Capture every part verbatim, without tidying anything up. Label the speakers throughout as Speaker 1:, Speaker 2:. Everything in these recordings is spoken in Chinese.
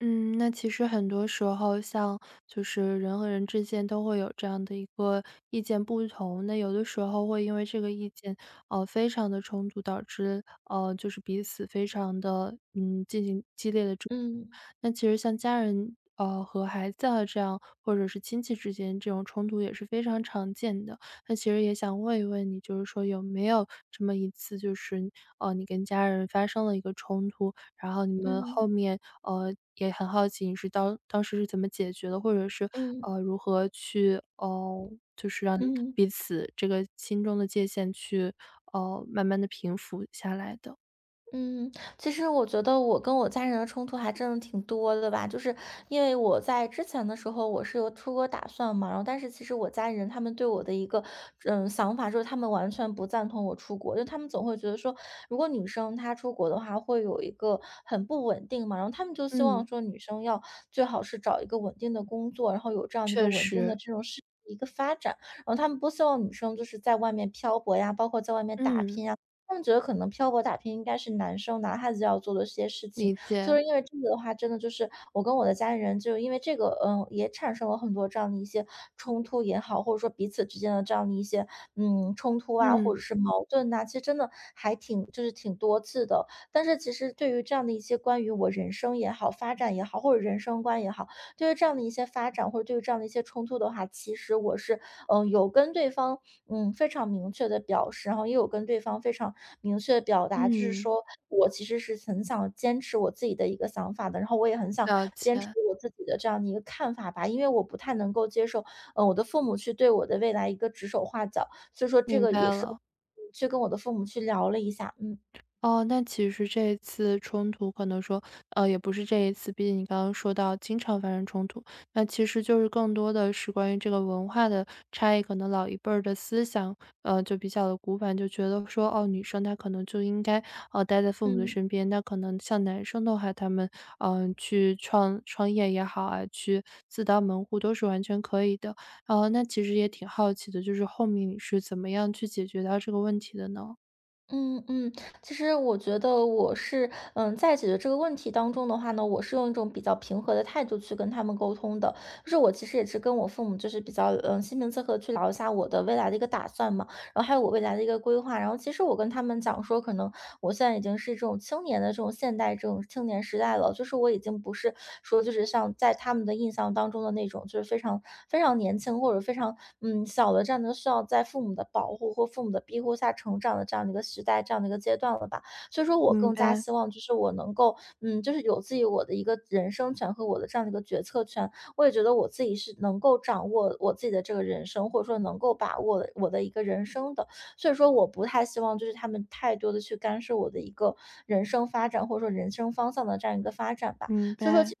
Speaker 1: 嗯，那其实很多时候，像就是人和人之间都会有这样的一个意见不同，那有的时候会因为这个意见，呃，非常的冲突，导致呃，就是彼此非常的嗯进行激烈的。
Speaker 2: 嗯
Speaker 1: 那其实像家人，呃，和孩子啊这样，或者是亲戚之间这种冲突也是非常常见的。那其实也想问一问你，就是说有没有这么一次，就是呃，你跟家人发生了一个冲突，然后你嗯们
Speaker 2: 嗯
Speaker 1: 后面呃，也很好奇你是当当时是怎么解决的，或者是，
Speaker 2: 嗯
Speaker 1: 呃，如何去呃，就是让嗯
Speaker 2: 嗯。
Speaker 1: 彼此这个心中的界限去，呃，慢慢的平复下来的。
Speaker 2: 嗯，其实我觉得我跟我家人的冲突还真的挺多的吧，就是因为我在之前的时候我是有出国打算嘛，然后但是其实我家人他们对我的一个嗯想法就是他们完全不赞同我出国，就他们总会觉得说，如果女生她出国的话会有一个很不稳定嘛，然后他们就希望
Speaker 1: 嗯，
Speaker 2: 说女生要最好是找一个稳定的工作，然后有这样的一个
Speaker 1: 确
Speaker 2: 稳定的
Speaker 1: 实，
Speaker 2: 这种事。一个发展，然后他们不希望女生就是在外面漂泊呀，包括在外面打
Speaker 1: 嗯，
Speaker 2: 拼呀。他们觉得可能漂泊打拼应该是男生男孩子要做的这些事情，
Speaker 1: 理解，
Speaker 2: 所以因为这个的话，真的就是我跟我的家里人就因为这个，嗯，也产生了很多这样的一些冲突也好，或者说彼此之间的这样的一些，嗯，冲突啊，或
Speaker 1: 嗯。
Speaker 2: 者是矛盾呐、其实真的还挺就是挺多次的。但是其实对于这样的一些关于我人生也好、发展也好，或者人生观也好，对于这样的一些发展或者对于这样的一些冲突的话，其实我是嗯，有跟对方，嗯，非常明确的表示，然后也有跟对方非常明确的表达，就是
Speaker 1: 嗯，
Speaker 2: 说我其实是很想坚持我自己的一个想法的，然后我也很想
Speaker 1: 了
Speaker 2: 坚持
Speaker 1: 解，
Speaker 2: 我自己的这样的一个看法吧，因为我不太能够接受，嗯，我的父母去对我的未来一个指手画脚，所以说这
Speaker 1: 明
Speaker 2: 个
Speaker 1: 白
Speaker 2: 也是
Speaker 1: 了。
Speaker 2: 嗯去跟我的父母去聊了一下，嗯，
Speaker 1: 哦，那其实这一次冲突可能说，呃，也不是这一次，毕竟你刚刚说到经常发生冲突，那其实就是更多的是关于这个文化的差异。可能老一辈儿的思想，呃，就比较的古板，就觉得说，哦，女生她可能就应该呃待在父母的
Speaker 2: 嗯。
Speaker 1: 身边。那可能像男生的话，他们嗯、呃去创创业也好啊，去自当门户都是完全可以的。呃，那其实也挺好奇的，就是后面你是怎么样去解决到这个问题的呢？
Speaker 2: 嗯嗯，其实我觉得我是，嗯，在解决这个问题当中的话呢，我是用一种比较平和的态度去跟他们沟通的。就是我其实也是跟我父母，就是比较，嗯，心平气和去聊一下我的未来的一个打算嘛，然后还有我未来的一个规划。然后其实我跟他们讲说，可能我现在已经是这种青年的这种现代这种青年时代了，就是我已经不是说就是像在他们的印象当中的那种，就是非常非常年轻或者非常嗯小的这样的需要在父母的保护或父母的庇护下成长的这样的一个时代，这样的一个阶段了吧。所以说我
Speaker 1: 明
Speaker 2: 更加
Speaker 1: 白，
Speaker 2: 希望就是我能够嗯，就是有自己我的一个人生权和我的这样的一个决策权。我也觉得我自己是能够掌握我自己的这个人生，或者说能够把握我的一个人生的。所以说我不太希望就是他们太多的去干涉我的一个人生发展，或者说人生方向的这样一个发展吧。
Speaker 1: 明
Speaker 2: 所以说其实，
Speaker 1: 白。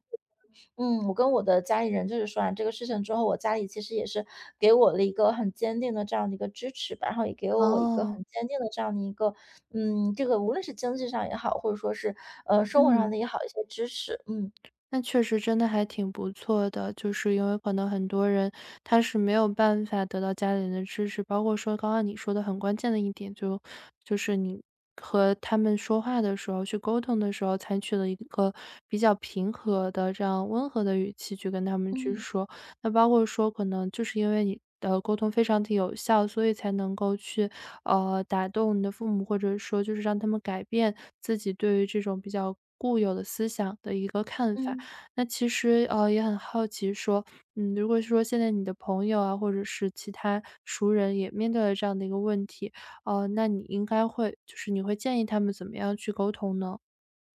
Speaker 2: 嗯，我跟我的家里人就是说完这个事情之后，我家里其实也是给我了一个很坚定的这样的一个支持吧，然后也给了我一个
Speaker 1: 哦，
Speaker 2: 很坚定的这样的一个嗯，这个无论是经济上也好，或者说是，呃，生活上
Speaker 1: 嗯。
Speaker 2: 的也好，一些支持，嗯，
Speaker 1: 那确实真的还挺不错的，就是因为可能很多人他是没有办法得到家里人的支持，包括说刚刚你说的很关键的一点，就就是你和他们说话的时候，去沟通的时候，采取了一个比较平和的这样温和的语气去跟他们去
Speaker 2: 嗯，
Speaker 1: 说。那包括说，可能就是因为你的沟通非常的有效，所以才能够去呃打动你的父母，或者说就是让他们改变自己对于这种比较固有的思想的一个看法。
Speaker 2: 嗯。
Speaker 1: 那其实，呃，也很好奇说，嗯，如果说现在你的朋友啊，或者是其他熟人也面对了这样的一个问题，呃，那你应该会就是你会建议他们怎么样去沟通呢？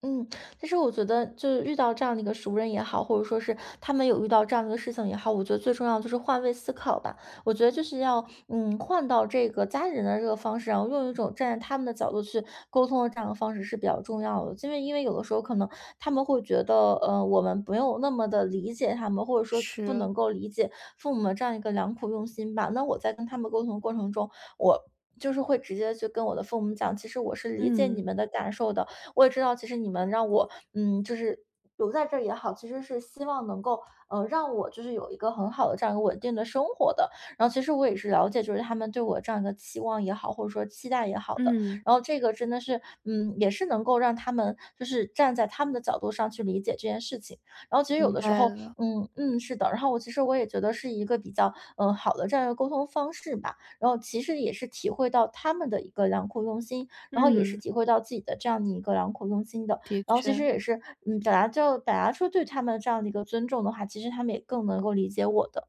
Speaker 2: 嗯，但是我觉得就是遇到这样的一个熟人也好，或者说是他们有遇到这样的一个事情也好，我觉得最重要的就是换位思考吧。我觉得就是要嗯换到这个家里人的这个方式，然后用一种站在他们的角度去沟通的这样的方式是比较重要的。因为因为有的时候可能他们会觉得呃我们没有那么的理解他们，或者说不
Speaker 1: 是，
Speaker 2: 能够理解父母的这样一个良苦用心吧。那我在跟他们沟通的过程中，我。就是会直接去跟我的父母讲，其实我是理解你
Speaker 1: 嗯，
Speaker 2: 们的感受的，我也知道，其实你们让我，嗯，就是留在这儿也好，其实是希望能够，呃，让我就是有一个很好的这样一个稳定的生活的。然后其实我也是了解，就是他们对我这样一个期望也好，或者说期待也好的。
Speaker 1: 嗯，
Speaker 2: 然后这个真的是，嗯，也是能够让他们就是站在他们的角度上去理解这件事情。然后其实有
Speaker 1: 明
Speaker 2: 的时
Speaker 1: 白
Speaker 2: 候，
Speaker 1: 了。
Speaker 2: 嗯嗯，是的。然后我其实我也觉得是一个比较，嗯、好的这样一个沟通方式吧。然后其实也是体会到他们的一个良苦用心，然后也是
Speaker 1: 嗯，
Speaker 2: 体会到自己的这样的一个良苦用心的。
Speaker 1: 的
Speaker 2: 然后其
Speaker 1: 确。
Speaker 2: 实也是，嗯，表达就表达出对他们这样的一个尊重的话，其实他们也更能够理解我的。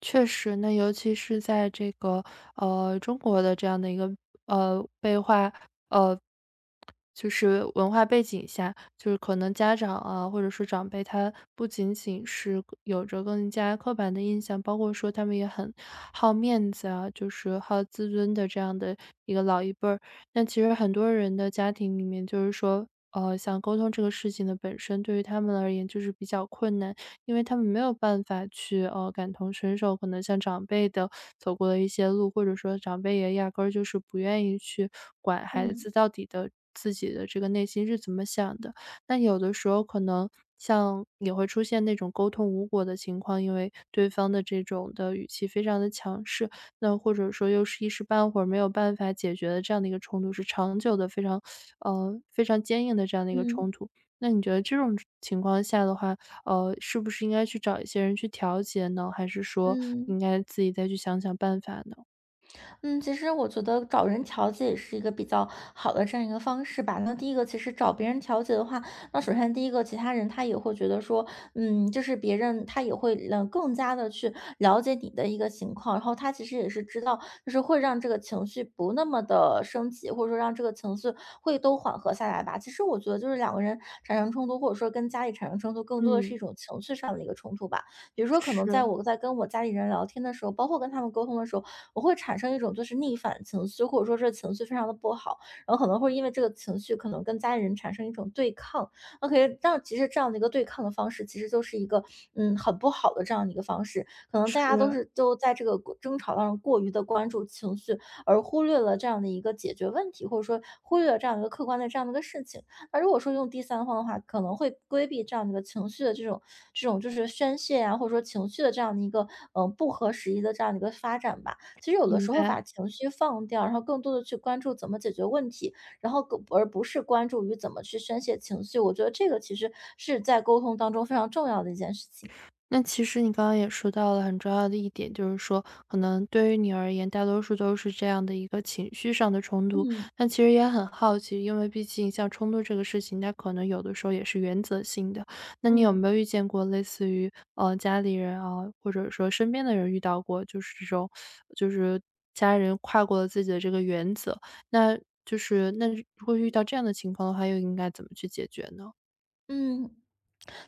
Speaker 1: 确实呢，那尤其是在这个呃中国的这样的一个呃被化呃就是文化背景下，就是可能家长啊或者说长辈，他不仅仅是有着更加刻板的印象，包括说他们也很好面子啊，就是好自尊的这样的一个老一辈儿。那其实很多人的家庭里面，就是说，呃，想沟通这个事情的本身，对于他们而言就是比较困难。因为他们没有办法去呃感同身受，可能像长辈的走过的一些路，或者说长辈也压根儿就是不愿意去管孩
Speaker 2: 嗯
Speaker 1: 子到底的自己的这个内心是怎么想的。那有的时候可能像也会出现那种沟通无果的情况，因为对方的这种的语气非常的强势，那或者说又是一时半会儿没有办法解决的这样的一个冲突，是长久的非常呃非常坚硬的这样的一个冲
Speaker 2: 嗯
Speaker 1: 突。那你觉得这种情况下的话，呃，是不是应该去找一些人去调节呢？还是说
Speaker 2: 嗯。
Speaker 1: 应该自己再去想想办法呢？
Speaker 2: 嗯，其实我觉得找人调解也是一个比较好的这样一个方式吧。那第一个，其实找别人调解的话，那首先第一个，其他人他也会觉得说，嗯，就是别人他也会嗯更加的去了解你的一个情况，然后他其实也是知道，就是会让这个情绪不那么的升级，或者说让这个情绪会都缓和下来吧。其实我觉得就是两个人产生冲突，或者说跟家里产生冲突，更多的是
Speaker 1: 嗯，
Speaker 2: 一种情绪上的一个冲突吧。比如说，可能
Speaker 1: 是
Speaker 2: 在我在跟我家里人聊天的时候，包括跟他们沟通的时候，我会产生一种就是逆反情绪，或者说这情绪非常的不好，然后可能会因为这个情绪，可能跟家里人产生一种对抗。OK,但其实这样的一个对抗的方式，其实就是一个嗯很不好的这样的一个方式。可能大家都
Speaker 1: 是，
Speaker 2: 是都在这个争吵当中过于的关注情绪，而忽略了这样的一个解决问题，或者说忽略了这样一个客观的这样的一个事情。那如果说用第三方的话，可能会规避这样的一个情绪的这种这种就是宣泄啊，或者说情绪的这样的一个嗯、呃不合时宜的这样的一个发展吧。其实有的
Speaker 1: 明
Speaker 2: 时候
Speaker 1: 白。
Speaker 2: 把情绪放掉，然后更多的去关注怎么解决问题，然后更而不是关注于怎么去宣泄情绪，我觉得这个其实是在沟通当中非常重要的一件事情。
Speaker 1: 那其实你刚刚也说到了很重要的一点，就是说可能对于你而言，大多数都是这样的一个情绪上的冲突。
Speaker 2: 嗯
Speaker 1: 但其实也很好奇，因为毕竟像冲突这个事情，它可能有的时候也是原则性的。那你有没
Speaker 2: 嗯
Speaker 1: 有遇见过类似于呃家里人啊，或者说身边的人遇到过，就是这种，就是家人跨过了自己的这个原则，那就是那如果遇到这样的情况的话，又应该怎么去解决呢？
Speaker 2: 嗯。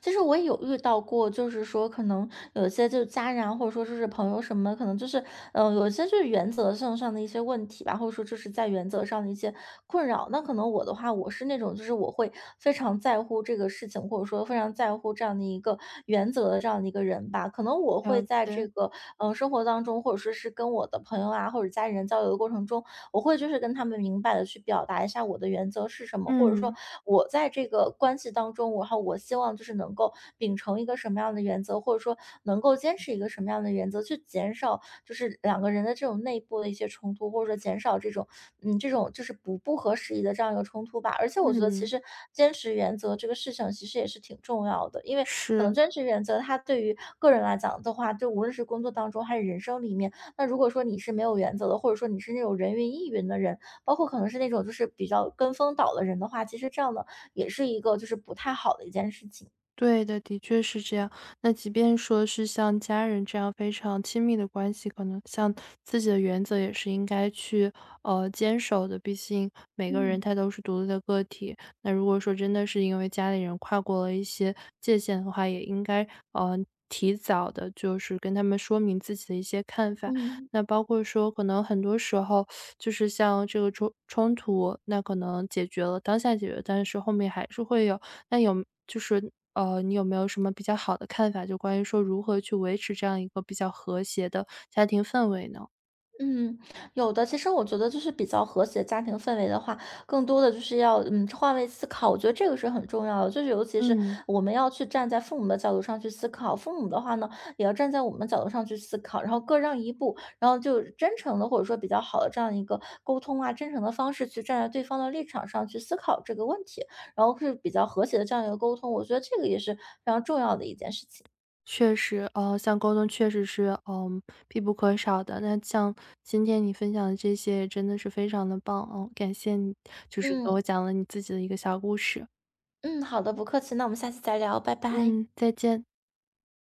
Speaker 2: 其实我也有遇到过，就是说可能有些就是家人啊，或者说就是朋友什么可能就是，嗯，呃有一些就是原则性上的一些问题吧，或者说就是在原则上的一些困扰。那可能我的话，我是那种就是我会非常在乎这个事情，或者说非常在乎这样的一个原则的这样的一个人吧。可能我会
Speaker 1: 了
Speaker 2: 在
Speaker 1: 解，
Speaker 2: 这个，嗯呃生活当中，或者说是跟我的朋友啊或者家人交流的过程中，我会就是跟他们明白的去表达一下我的原则是什么，或者说
Speaker 1: 嗯
Speaker 2: 我在这个关系当中，然后我希望就是能够秉承一个什么样的原则，或者说能够坚持一个什么样的原则，去减少就是两个人的这种内部的一些冲突，或者说减少这种嗯这种就是不不合时宜的这样一个冲突吧。而且我觉得其
Speaker 1: 嗯，
Speaker 2: 实坚持原则这个事情其实也是挺重要的，因为可能
Speaker 1: 是。
Speaker 2: 坚持原则它对于个人来讲的话，就无论是工作当中还是人生里面，那如果说你是没有原则的，或者说你是那种人云亦云的人，包括可能是那种就是比较跟风倒的人的话，其实这样的也是一个就是不太好的一件事情。
Speaker 1: 对的，的确是这样。那即便说是像家人这样非常亲密的关系，可能像自己的原则也是应该去呃坚守的。毕竟每个人
Speaker 2: 嗯
Speaker 1: 他都是独立的个体。那如果说真的是因为家里人跨过了一些界限的话，也应该呃提早的，就是跟他们说明自己的一些看法。
Speaker 2: 嗯。
Speaker 1: 那包括说，可能很多时候就是像这个冲冲突，那可能解决了当下解决，但是后面还是会有。那有就是呃，你有没有什么比较好的看法，就关于说如何去维持这样一个比较和谐的家庭氛围呢？
Speaker 2: 嗯，有的。其实我觉得就是比较和谐的家庭氛围的话，更多的就是要嗯换位思考，我觉得这个是很重要的。就是尤其是
Speaker 1: 嗯，
Speaker 2: 我们要去站在父母的角度上去思考，父母的话呢，也要站在我们角度上去思考，然后各让一步，然后就真诚的或者说比较好的这样一个沟通啊，真诚的方式去站在对方的立场上去思考这个问题，然后是比较和谐的这样一个沟通。我觉得这个也是非常重要的一件事情。
Speaker 1: 确实，呃，像沟通确实是，嗯，必不可少的。那像今天你分享的这些，真的是非常的棒哦，感谢你，就是给我
Speaker 2: 嗯
Speaker 1: 讲了你自己的一个小故事。
Speaker 2: 嗯，好的，不客气。那我们下次再聊，拜拜。
Speaker 1: 嗯，再见。